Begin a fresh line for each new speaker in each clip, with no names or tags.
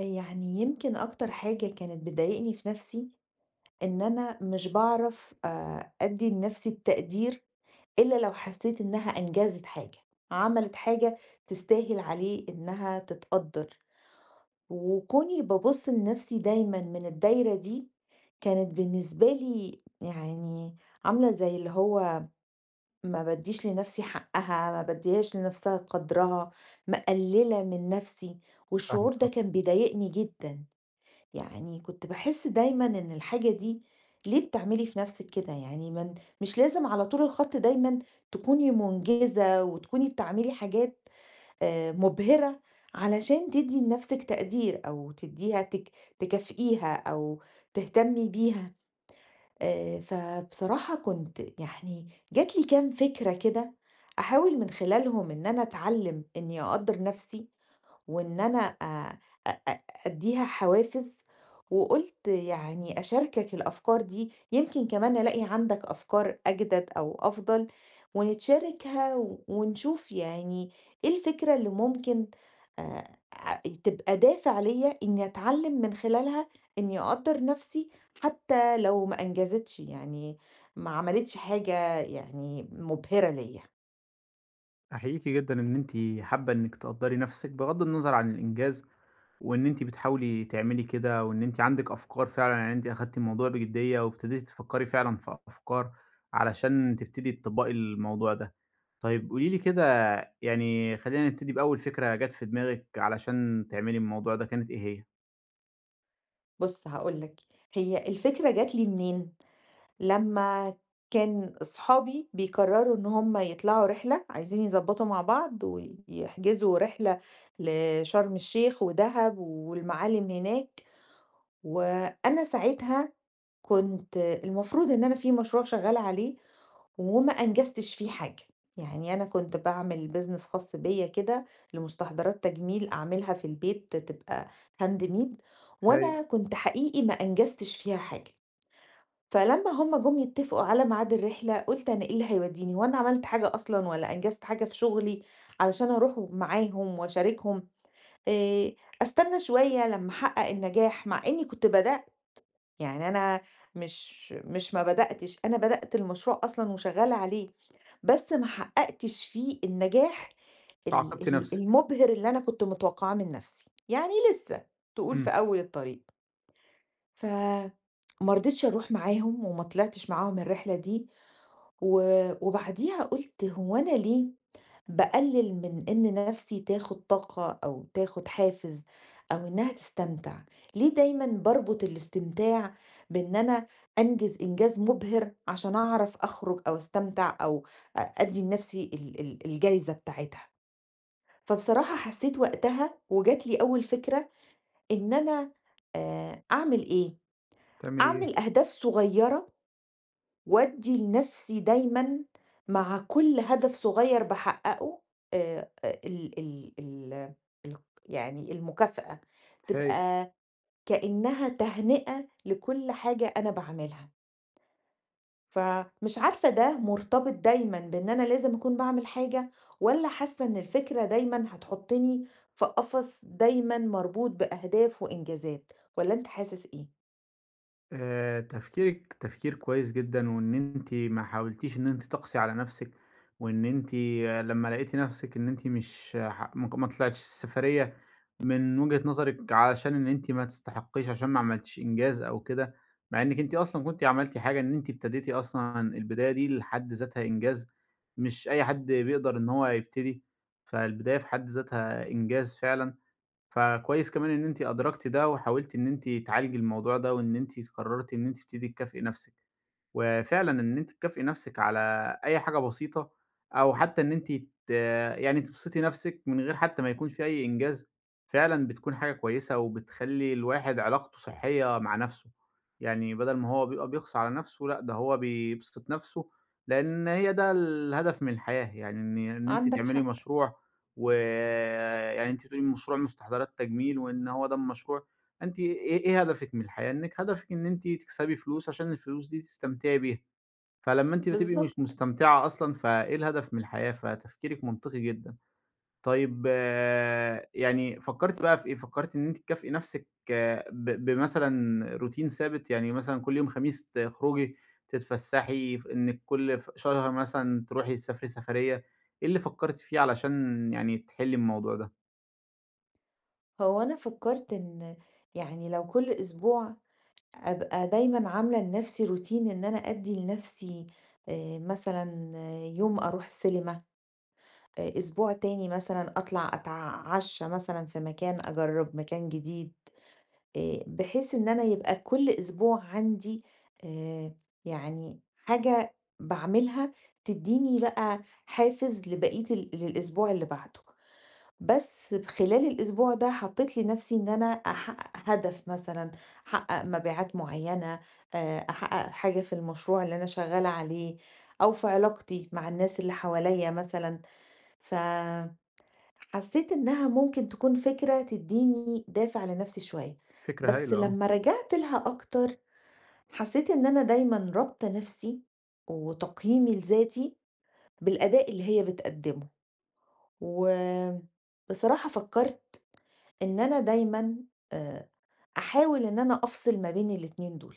يعني يمكن أكتر حاجة كانت بتضايقني في نفسي إن أنا مش باعرف أدي لنفسي التقدير إلا لو حسيت إنها أنجزت حاجة، عملت حاجة تستاهل عليه إنها تتقدر. وكوني ببص لنفسي دايما من الدايرة دي كانت بالنسبة لي، يعني عاملة زي اللي هو ما بديش لنفسي حقها، ما بديهاش لنفسها قدرها، مقللة من نفسي.
فاهمِك
والشعور ده
آه.
كان بيضايقني جدا. يعني كنت باحس دايمًا إن الحاجة دي ليه بتعملي في نَفْسِك كده؟ يعني ما ن مش لازم على طول الخط دايمًا تكوني مُنجزة وتكوني بتعملي حاجات مُبهرة علشان تدّي لنَفْسِك تقدير، أو تدّيها تكافئيها أو تهتمي بيها. فبصراحة كنت يعني جات لي كام فكرة كده أحاول من خلالهم إن أنا أتعلِّم إنّي أقدّر نَفْسي، وإن أنا أ أ أ أدّيها حوافز، وقُلت يعني أشاركك الأفكار دي، يمكن كمان ألاقي عندك أفكار أجدد أو أفضل، ونتشاركها ونشوف يعني إيه الفكرة اللي ممكن آآ ع تبقى دافع ليّا إني أتعلم من خلالها إني أقدّر نَفْسي حتى لو ما أنجزتش، يعني ما عملتش حاجة يعني مُبهرة ليّا.
أحييكِ جدًا إن أنتِ حابة إنِّك تقدّري نَفْسِك بغض النظر عن الإنجاز، وإن أنتِ بتحاولي تعملي كده، وإن أنتِ عندِك أفكار فعلًا، يعني أنتِ أخدتِ الموضوع بجدية وابتديتِ تفكّري فعلًا في أفكار علشان تبتدي تطبّقي الموضوع ده. طيب قولي لي كده، يعني خلّينا نبتدي بأول فكرة جات في دماغِك علشان تعملي الموضوع ده، كانت إيه هي؟
بُص هاقول لك، هي الفكرة جات لي منين؟ لمّا كان أصحابي بيقرروا إن هُم يطلعوا رحلة، عايزين يضبطوا مع بعض ويحجزوا رحلة لشرم الشيخ ودهب والمعالم هناك، وأنا ساعتها كنت المفروض إن أنا في مشروع شغالة عليه وما أنجزتش فيه حاجة، يعني أنا كنت باعمل business خاص بيّا كده لمستحضرات تجميل أعملها في البيت تبقى handmade،
هايل.
وأنا كنت حقيقي ما أنجزتش فيها حاجة. فلمّا هُم جُم يتّفقوا على ميعاد الرحلة، قُلت أنا إيه اللي هيودّيني، هو أنا عملت حاجة أصلًا والّا أنجزت حاجة في شغلي علشان أروح معاهم وأشاركهم، آآ أستنى شوية لمّا أحقق النجاح، مع إني كنت بدأت، يعني أنا مش مش ما بدأتش، أنا بدأت المشروع أصلًا وشغّالة عليه، بس ما حققتش فيه النجاح ال
فعاقبتِ
ال
نَفْسِك.
المُبهر اللي أنا كنت متوقعاه من نَفْسي، يعني لسه، تقول في
إمم،
أول الطريق. فما رضيتش أروح معاهم وما طلعتش معاهم الرحلة دي و وبعديها قُلت هو أنا ليه باقلل من إن نَفْسي تاخد طاقة أو تاخد حافز أو إنها تستمتع، ليه دايمًا باربط الاستمتاع بإن أنا أنجز إنجاز مبهر عشان أعرف أخرج أو أستمتع أو أدّي لنَفْسي ال ال الجايزة بتاعتها. فبصراحة حسيت وقتها وجات لي أول فكرة إن أنا أعمل إيه؟
تعملي إيه؟
أعمل أهداف صغيرة وأدي لنفسي دايمًا مع كل هدف صغير باحققه ال ال ال الق يعني المكافأة،
هايل.
تبقى كأنها تهنئة لكل حاجة أنا باعملها. فمش عارفة ده مرتبط دايمًا بإن أنا لازم أكون باعمل حاجة، والّا حاسة إن الفكرة دايمًا هتحطني في قفص دايمًا مربوط بأهداف وإنجازات، والّا أنت حاسس إيه؟
تفكيرِك تفكير كويس جدًا، وإن أنتِ ما حاولتيش إن أنتِ تقسي على نفسِك، وإن أنتِ لمّا لقيتِ نفسِك إن أنتِ مش ح ما ك ما طلعتيش السفرية من وجهة نظرِك علشان إن أنتِ ما تستحقيش، عشان ما عملتيش إنجاز أو كده، مع إنِك أنتِ أصلًا كنتِ عملتِ حاجة، إن أنتِ ابتديتِ أصلًا البداية دي لحد ذاتها إنجاز، مش أي حد بيقدر إن هو يبتدي، فالبداية في حد ذاتها إنجاز فعلًا. فكويس كمان إن أنتِ أدركتِ ده، وحاولتِ إن أنتِ تعالجي الموضوع ده، وإن أنتِ قررتِ إن أنتِ تبتدي تكافئي نفسِك. وفعلًا إن أنتِ تكافئي نَفْسِك على أي حاجة بسيطة، أو حتى إن أنتِ ت يعني تبسطي نَفْسِك من غير حتى ما يكون في أي إنجاز، فعلًا بتكون حاجة كويسة وبتخلّي الواحد علاقته صحّية مع نَفْسه، يعني بدل ما هو بيبقى بيقسى على نَفْسه لأ، ده هو بيبسط نَفْسه، لإن هي ده الهدف من الحياة، يعني إن أنتِ
عندك
تعملي
حق،
مشروع، ويعني أنتِ بتقولي مشروع مستحضرات تجميل وإن هو ده المشروع، أنتِ إيه هدفِك من الحياة؟ إنِّك هدفِك إن أنتِ تكسبي فلوس عشان الفلوس دي تستمتعي بيها، فلمّا أنتِ بتبقي مش
بالضبط.
مستمتعة أصلًا، فإيه الهدف من الحياة؟ فتفكيرِك منطقي جدًا. طيب آه، يعني فكّرتِ بقى في إيه؟ فكّرتِ إن أنتِ تكافئي نَفْسِك آه، بمثلًا روتين ثابت، يعني مثلًا كل يوم خميس تخرجي تتفسّحي، إنِّك كل شهر مثلًا تروحي تسافري سفرية، إيه اللي فكّرتِ فيه علشان يعني تحلّي الموضوع ده؟
هو أنا فكرت إن يعني لو كل أسبوع أبقى دايمًا عاملة لنفسي روتين إن أنا أدّي لنفسي مثلًا يوم أروح سينما، أسبوع تاني مثلًا أطلع أتعشى مثلًا في مكان، أجرّب مكان جديد، بحيث إن أنا يبقى كل أسبوع عندي آآ يعني حاجة باعملها تدّيني بقى حافز لبقية للأسبوع اللي بعده. بس خلال الأسبوع ده حطيت لنفسي إن أنا أحقق هدف مثلًا، أحقق مبيعات معيّنة، أحقق حاجة في المشروع اللي أنا شغّالة عليه، أو في علاقتي مع الناس اللي حواليّا مثلًا، فحسيت إنها ممكن تكون فكرة تدّيني دافع لنفسي شوية،
فكرة
بس
هايلة آه.
لمّا رجعت لها أكتر حسيت إن أنا دايمًا رابطة نفسي وتقييمي لذاتي بالأداء اللي هي بتقدّمه، وبصراحة فكّرت إن أنا دايمًا آآ أحاول إن أنا أفصل ما بين الاتنين دول،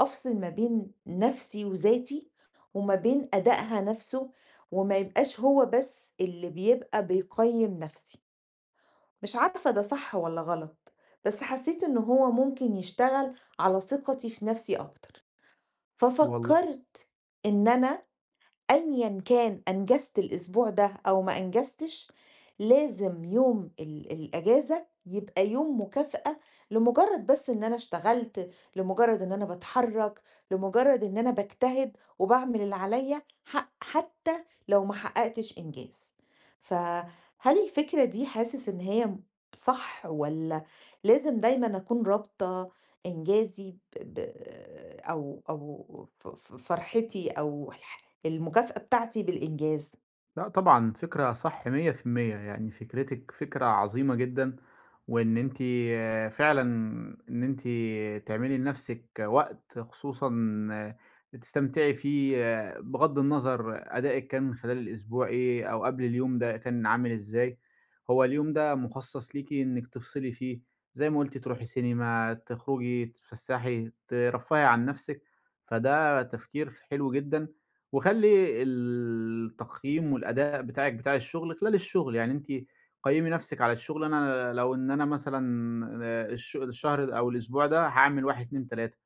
أفصل ما بين نَفْسي وذاتي وما بين أدائها نَفْسه، وما يبقاش هو بس اللي بيبقى بيقيّم نَفْسي، مش عارفة ده صح والّا غلط، بس حسيت إن هو ممكن يشتغل على ثقتي في نَفْسي أكتر،
والل
ففكّرت إن أنا أيًا كان أنجزت الأسبوع ده أو ما أنجزتش، لازم يوم الأجازة يبقى يوم مكافأة لمجرد بس إن أنا اشتغلت، لمجرد إن أنا باتحرك، لمجرد إن أنا باجتهد وباعمل اللي عليَّ حق حتى لو ما حققتش إنجاز. فهل الفكرة دي حاسس إن هي صح والّا لازم دايمًا أكون رابطة إنجازي ب ب أو أو ف ف فرحتي أو المكافأة بتاعتي بالإنجاز.
لأ طبعًا، فكرة صح 100%، يعني فكرتِك فكرة عظيمة جدًا، وإن أنتِ فعلًا إن أنتِ تعملي لنفسِك وقت خصوصًا آه، تستمتعي فيه آه، بغض النظر أدائِك كان خلال الأسبوع إيه أو قبل اليوم ده كان عامل إزاي، هو اليوم ده مخصص ليكِ إنِّك تفصلي فيه، زي ما قُلتِ تروحي سينما، تخرجي، تتفسحي، ترفّهي عن نفسِك، فده تفكير حلو جدًا. وخلّي التقييم والأداء بتاعِك بتاع الشغل خلال الشغل، يعني أنتِ قيّمي نَفْسِك على الشغل، أنا لو إن أنا مثلًا آه، الشهر أو الأسبوع ده هاعمل 1، 2، 3.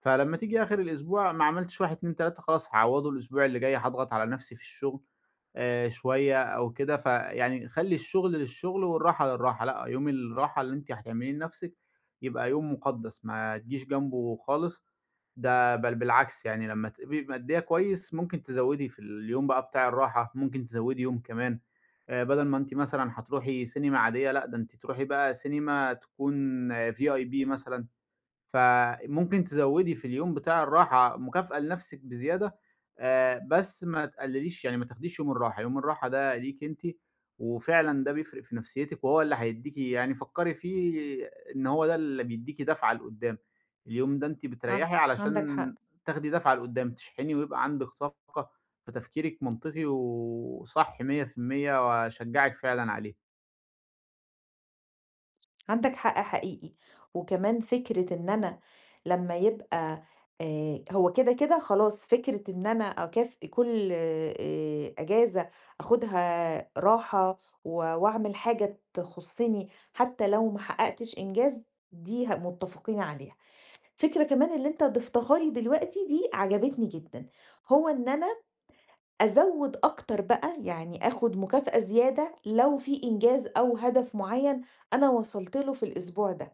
فلمّا تيجي آخر الأسبوع ما عملتش 1، 2، 3 خلاص هاعوّضه الأسبوع اللي جاي، هاضغط على نَفْسي في الشغل شوية أو كده، فيعني خلّي الشغل للشغل والراحة للراحة، لأ يوم الراحة اللي أنتِ هتعمليه لنَفْسِك يبقى يوم مُقدّس ما تجيش جنبه خالص، ده بالعكس، يعني لمّا تبقي مأدّية كويس ممكن تزوّدي في اليوم بقى بتاع الراحة، ممكن تزوّدي يوم كمان، بدل ما أنتِ مثلًا هتروحي سينما عادية لأ، ده أنتِ تروحي بقى سينما تكون VIP مثلًا، فممكن تزوّدي في اليوم بتاع الراحة مكافأة لنفسِك بزيادة. بس ما تقلّليش، يعني ما تاخديش يوم الراحة، يوم الراحة ده ليكِ أنتِ، وفعلًا ده بيفرق في نفسيتِك وهو اللي هيدّيكِ، يعني فكّري فيه إن هو ده اللي بيدّيكِ دفعة لقدّام، اليوم ده أنتِ
عن
بتريّحي علشان
عندك حق،
تاخدي دفعة لقدّام، تشحني ويبقى عندِك طاقة، فتفكيرِك منطقي وصح 100% وأشجّعِك فعلًا عليه.
عندك حق حقيقي. وكمان فكرة إن أنا لمّا يبقى هو كده، كده خلاص فكرة إن أنا أكافئ كل إجازة آخُدها راحة وأعمل حاجة تخُصّني حتى لو ما حققتش إنجاز، دي متّفقين عليها. الفكرة كمان اللي أنت ضفتها لي دلوقتي دي عجبتني جدًا، هو إن أنا أزوّد أكتر بقى، يعني آخُد مكافأة زيادة لو في إنجاز أو هدف معيّن أنا وصلت له في الأسبوع ده.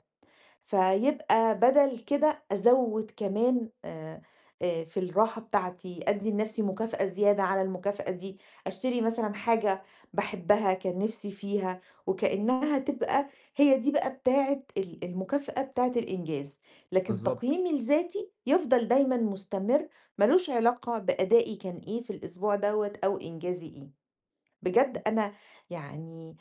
فيبقى بدل كده أزوّد كمان في الراحة بتاعتي، أدّي لنَفْسي مكافأة زيادة على المكافأة دي، أشتري مثلًا حاجة باحبها كان نِفْسي فيها، وكإنّها تبقى هي دي بقى بتاعة المكافأة بتاعة الإنجاز، لكن
بالضبط.
تقييمي لذاتي يفضل دايمًا مستمر، ما لوش علاقة بأدائي كان إيه في الأسبوع دوّة أو إنجازي إيه. بجد أنا يعني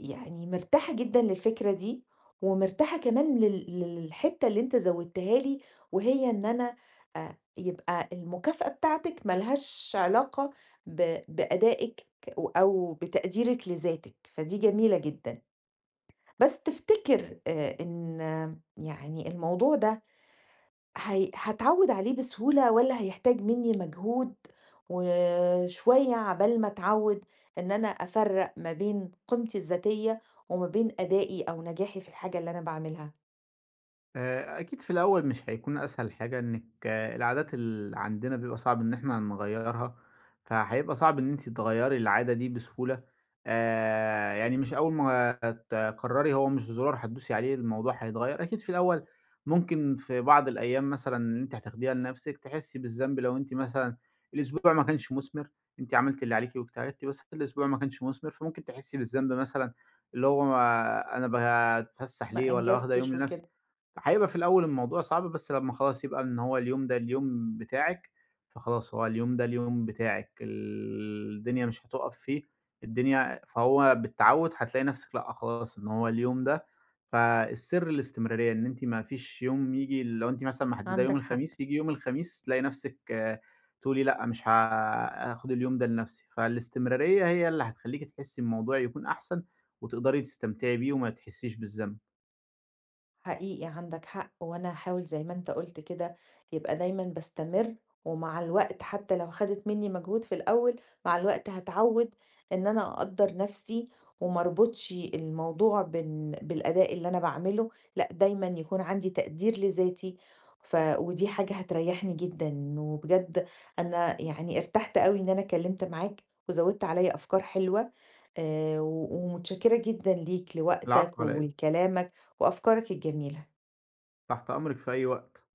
مرتاحة جدًا للفكرة دي، ومرتاحة كمان للحتّة اللي أنت زوّدتها لي، وهي إن أنا يبقى المكافأة بتاعتِك ما لهاش علاقة ب بأدائِك أو بتقديرِك لذاتِك، فدي جميلة جدًا. بس تفتكر إن يعني الموضوع ده هي هاتعوّد عليه بسهولة والّا هيحتاج منّي مجهود وشوية عبال ما أتعوّد إن أنا أفرّق ما بين قيمتي الذاتية وما بين أدائي أو نجاحي في الحاجة اللي أنا باعملها،
أكيد في الأول مش هيكون أسهل حاجة إنِّك آه، العادات اللي عندنا بيبقى صعب إن إحنا نغيّرها، فهيبقى صعب إن أنتِ تغيّري العادة دي بسهولة. يعني مش أول ما تقرّري، هو مش زرار هتدوسي عليه الموضوع هيتغيّر، أكيد في الأول ممكن في بعض الأيام مثلًا اللي أنتِ هتاخديها لنَفْسِك تحسّي بالذنب لو أنتِ مثلًا الأسبوع ما كانش مثمر، أنتِ عملتِ اللي عليكِ واجتهدتِ بس الأسبوع ما كانش مثمر، فممكن تحسّي بالذنب مثلًا اللي هو آه، أنا باتفسّح ليه
ما
والّا واخدة يوم
أنجزتش
لنَفْسي،
وكده،
هيبقى في الأول الموضوع صعب، بس لمّا خلاص يبقى إن هو اليوم ده اليوم بتاعِك، فخلاص هو اليوم ده اليوم بتاعِك، الدنيا مش هتُقف فيه، فهو بالتعوُّد هتلاقي نَفْسِك لأ خلاص إن هو اليوم ده، فالسر الاستمرارية، إن أنتِ ما فيش يوم ييجي، لو أنتِ مثلًا محدّدة يوم
عندك حق.
الخميس، ييجي يوم الخميس تلاقي نَفْسِك آه، تقولي لأ مش هاخُد اليوم ده لنَفْسي، فالاستمرارية هي اللي هتخلّيكِ تحسّي الموضوع يكون أحسن وتقدري تستمتعي بيه وما تحسّيش بالذنب.
حقيقي عندك حق، وانا هاحاول زي ما انت قلت كده يبقى دايما بستمر، ومع الوقت حتى لو خدت مني مجهود في الاول مع الوقت هتعود ان انا اقدر نفسي، ومربطش الموضوع بالاداء اللي انا بعمله، لا دايما يكون عندي تقدير لذاتي، ودي حاجة هتريحني جدا، وبجد انا يعني ارتحت قوي ان انا اتكلمت معاك وزودت عليا افكار حلوة و ومتشكرة جدًا ليك، لوقتك
العفو على إيه؟
ولكلامك وأفكارك الجميلة.
تحت أمرِك في أي وقت.